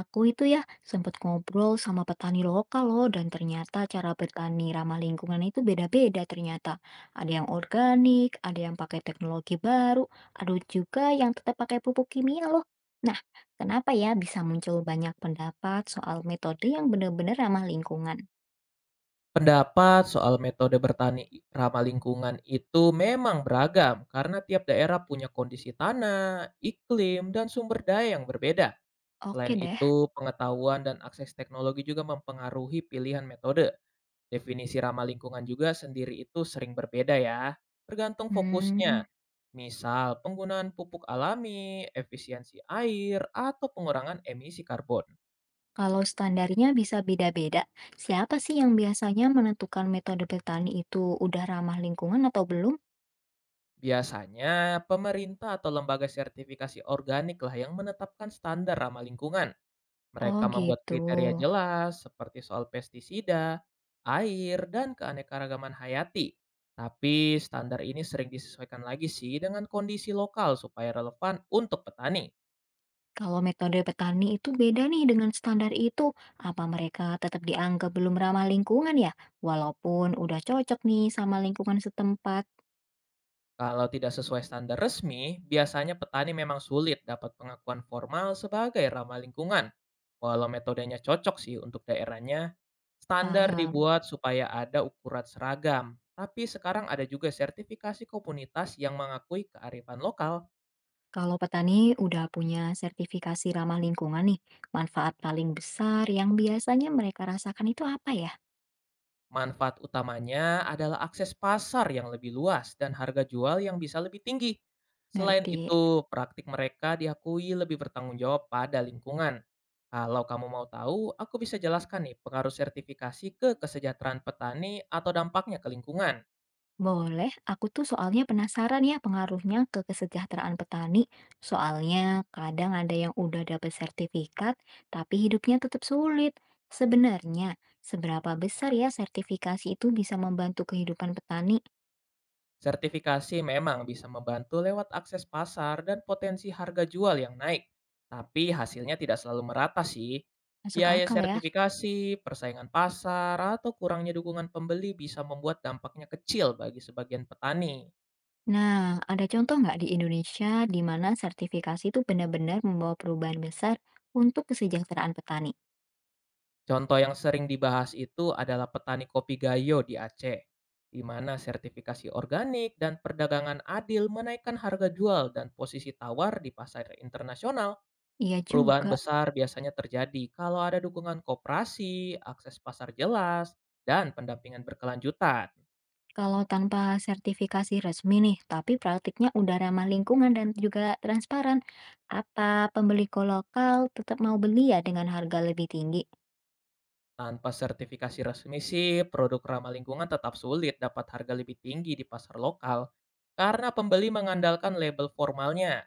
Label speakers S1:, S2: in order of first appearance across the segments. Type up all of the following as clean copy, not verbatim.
S1: Aku itu ya sempat ngobrol sama petani lokal loh dan ternyata cara bertani ramah lingkungan itu beda-beda ternyata. Ada yang organik, ada yang pakai teknologi baru, ada juga yang tetap pakai pupuk kimia loh. Nah, kenapa ya bisa muncul banyak pendapat soal metode yang benar-benar ramah lingkungan?
S2: Pendapat soal metode bertani ramah lingkungan itu memang beragam karena tiap daerah punya kondisi tanah, iklim, dan sumber daya yang berbeda. Selain
S1: Oke deh.
S2: itu, pengetahuan dan akses teknologi juga mempengaruhi pilihan metode. Definisi ramah lingkungan juga sendiri itu sering berbeda ya, tergantung fokusnya.
S1: Hmm,
S2: Misal, penggunaan pupuk alami, efisiensi air, atau pengurangan emisi karbon.
S1: kalau standarnya bisa beda-beda, siapa sih yang biasanya menentukan metode bertani itu udah ramah lingkungan atau belum?
S2: Biasanya, pemerintah atau lembaga sertifikasi organik lah yang menetapkan standar ramah lingkungan.
S1: Oh
S2: Mereka membuat
S1: gitu.
S2: kriteria jelas seperti soal pestisida, air, dan keanekaragaman hayati. Tapi standar ini sering disesuaikan lagi sih dengan kondisi lokal supaya relevan untuk petani.
S1: Kalau metode petani itu beda nih dengan standar itu, apa mereka tetap dianggap belum ramah lingkungan ya? Walaupun udah cocok nih sama lingkungan setempat,
S2: Kalau tidak sesuai standar resmi, biasanya petani memang sulit dapat pengakuan formal sebagai ramah lingkungan. Walau metodenya cocok sih untuk daerahnya, standar
S1: paham.
S2: dibuat supaya ada ukuran seragam. Tapi sekarang ada juga sertifikasi komunitas yang mengakui kearifan lokal.
S1: Kalau petani udah punya sertifikasi ramah lingkungan nih, manfaat paling besar yang biasanya mereka rasakan itu apa ya?
S2: Manfaat utamanya adalah akses pasar yang lebih luas dan harga jual yang bisa lebih tinggi. Selain
S1: Ngerti.
S2: itu, praktik mereka diakui lebih bertanggung jawab pada lingkungan. Kalau kamu mau tahu, aku bisa jelaskan nih pengaruh sertifikasi ke kesejahteraan petani atau dampaknya ke lingkungan.
S1: Boleh, aku tuh soalnya penasaran ya pengaruhnya ke kesejahteraan petani. Soalnya kadang ada yang udah dapet sertifikat, tapi hidupnya tetap sulit. Sebenarnya, seberapa besar ya sertifikasi itu bisa membantu kehidupan petani?
S2: Sertifikasi memang bisa membantu lewat akses pasar dan potensi harga jual yang naik, tapi hasilnya tidak selalu merata sih.
S1: Masuk
S2: Biaya
S1: akal ya.
S2: sertifikasi, persaingan pasar, atau kurangnya dukungan pembeli bisa membuat dampaknya kecil bagi sebagian petani.
S1: Nah, ada contoh nggak di Indonesia di mana sertifikasi itu benar-benar membawa perubahan besar untuk kesejahteraan petani?
S2: Contoh yang sering dibahas itu adalah petani kopi Gayo di Aceh, di mana sertifikasi organik dan perdagangan adil menaikkan harga jual dan posisi tawar di pasar internasional.
S1: Iya
S2: Perubahan
S1: juga.
S2: besar biasanya terjadi kalau ada dukungan koperasi, akses pasar jelas, dan pendampingan berkelanjutan.
S1: Kalau tanpa sertifikasi resmi nih, tapi praktiknya udah ramah lingkungan dan juga transparan, apa pembeli ko lokal tetap mau beli ya dengan harga lebih tinggi?
S2: Tanpa sertifikasi resmi sih, produk ramah lingkungan tetap sulit dapat harga lebih tinggi di pasar lokal karena pembeli mengandalkan label formalnya.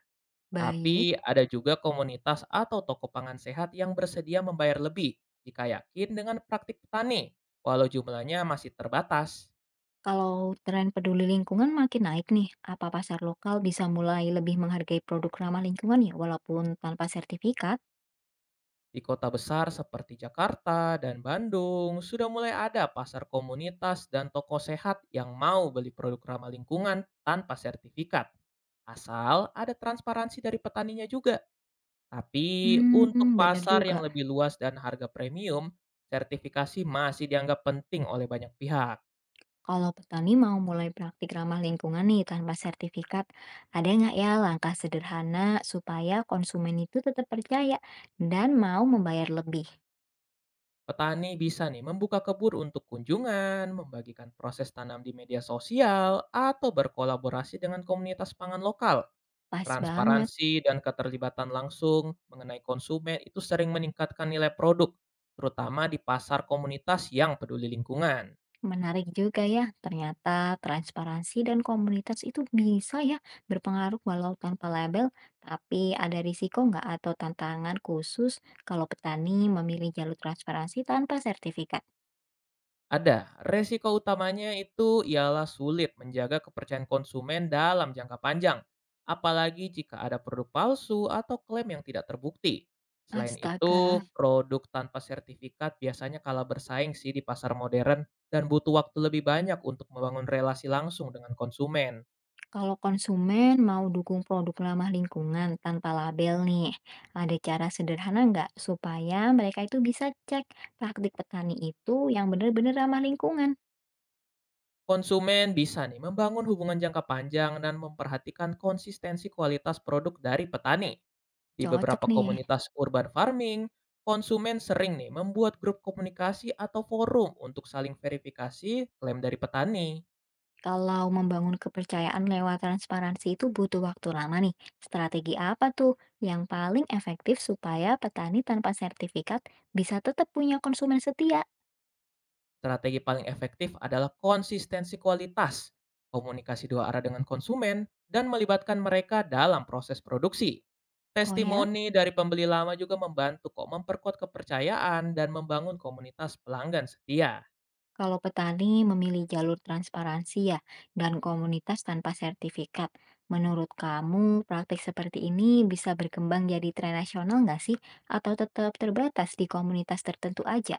S1: Baik,
S2: Tapi ada juga komunitas atau toko pangan sehat yang bersedia membayar lebih jika yakin dengan praktik petani, walau jumlahnya masih terbatas.
S1: kalau tren peduli lingkungan makin naik nih, apa pasar lokal bisa mulai lebih menghargai produk ramah lingkungan ya walaupun tanpa sertifikat?
S2: Di kota besar seperti Jakarta dan Bandung, sudah mulai ada pasar komunitas dan toko sehat yang mau beli produk ramah lingkungan tanpa sertifikat. Asal ada transparansi dari petaninya juga. Tapi untuk
S1: Hmm, bener
S2: pasar yang
S1: juga.
S2: lebih luas dan harga premium, sertifikasi masih dianggap penting oleh banyak pihak.
S1: Kalau petani mau mulai praktik ramah lingkungan nih tanpa sertifikat, ada nggak ya langkah sederhana supaya konsumen itu tetap percaya dan mau membayar lebih?
S2: Petani bisa nih membuka kebun untuk kunjungan, membagikan proses tanam di media sosial, atau berkolaborasi dengan komunitas pangan lokal.
S1: Pas banget,
S2: Transparansi dan keterlibatan langsung mengenai konsumen itu sering meningkatkan nilai produk, terutama di pasar komunitas yang peduli lingkungan.
S1: menarik juga ya. Ternyata transparansi dan komunitas itu bisa ya berpengaruh walau tanpa label, tapi ada risiko nggak atau tantangan khusus kalau petani memilih jalur transparansi tanpa sertifikat?
S2: Ada, resiko utamanya itu ialah sulit menjaga kepercayaan konsumen dalam jangka panjang, apalagi jika ada produk palsu atau klaim yang tidak terbukti. Selain itu,
S1: Astaga.
S2: produk tanpa sertifikat biasanya kalah bersaing sih di pasar modern dan butuh waktu lebih banyak untuk membangun relasi langsung dengan konsumen.
S1: Kalau konsumen mau dukung produk ramah lingkungan tanpa label nih, ada cara sederhana nggak supaya mereka itu bisa cek praktik petani itu yang benar-benar ramah lingkungan?
S2: Konsumen bisa nih membangun hubungan jangka panjang dan memperhatikan konsistensi kualitas produk dari petani. Di
S1: Cocok
S2: beberapa
S1: nih.
S2: komunitas urban farming, konsumen sering nih membuat grup komunikasi atau forum untuk saling verifikasi klaim dari petani.
S1: Kalau membangun kepercayaan lewat transparansi itu butuh waktu lama nih. Strategi apa tuh yang paling efektif supaya petani tanpa sertifikat bisa tetap punya konsumen setia?
S2: Strategi paling efektif adalah konsistensi kualitas, komunikasi dua arah dengan konsumen, dan melibatkan mereka dalam proses produksi.
S1: Oh ya?
S2: Testimoni dari pembeli lama juga membantu kok memperkuat kepercayaan dan membangun komunitas pelanggan setia.
S1: Kalau petani memilih jalur transparansi ya dan komunitas tanpa sertifikat, menurut kamu praktik seperti ini bisa berkembang jadi tren nasional nggak sih? Atau tetap terbatas di komunitas tertentu aja?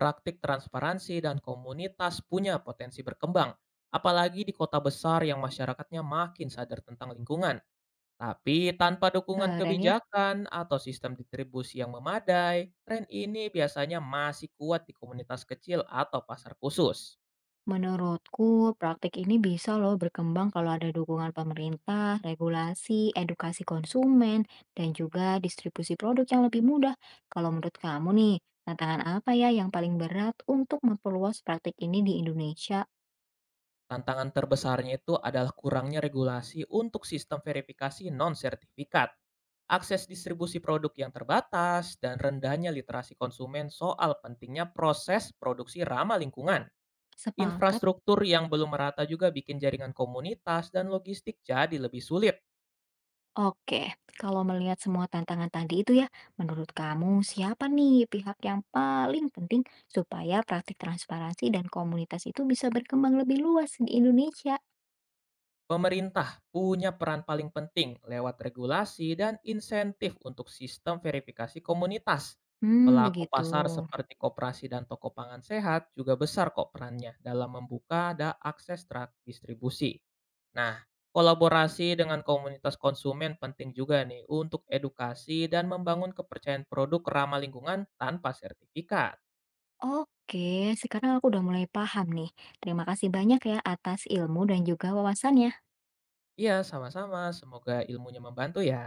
S2: Praktik transparansi dan komunitas punya potensi berkembang, apalagi di kota besar yang masyarakatnya makin sadar tentang lingkungan. Tapi tanpa dukungan
S1: Keren ya.
S2: kebijakan atau sistem distribusi yang memadai, tren ini biasanya masih kuat di komunitas kecil atau pasar khusus.
S1: Menurutku, praktik ini bisa loh berkembang kalau ada dukungan pemerintah, regulasi, edukasi konsumen, dan juga distribusi produk yang lebih mudah. Kalau menurut kamu nih, tantangan apa ya yang paling berat untuk memperluas praktik ini di Indonesia?
S2: Tantangan terbesarnya itu adalah kurangnya regulasi untuk sistem verifikasi non-sertifikat, akses distribusi produk yang terbatas, dan rendahnya literasi konsumen soal pentingnya proses produksi ramah lingkungan.
S1: Sepakat.
S2: Infrastruktur yang belum merata juga bikin jaringan komunitas dan logistik jadi lebih sulit.
S1: Oke, kalau melihat semua tantangan tadi itu ya, menurut kamu siapa nih pihak yang paling penting supaya praktik transparansi dan komunitas itu bisa berkembang lebih luas di Indonesia?
S2: Pemerintah punya peran paling penting lewat regulasi dan insentif untuk sistem verifikasi komunitas.
S1: Hmm,
S2: Pelaku
S1: begitu.
S2: pasar seperti koperasi dan toko pangan sehat juga besar kok perannya dalam membuka dan akses distribusi. Nah, kolaborasi dengan komunitas konsumen penting juga nih untuk edukasi dan membangun kepercayaan produk ramah lingkungan tanpa sertifikat.
S1: Oke, sekarang aku udah mulai paham nih. Terima kasih banyak ya atas ilmu dan juga wawasannya.
S2: Iya, sama-sama. Semoga ilmunya membantu ya.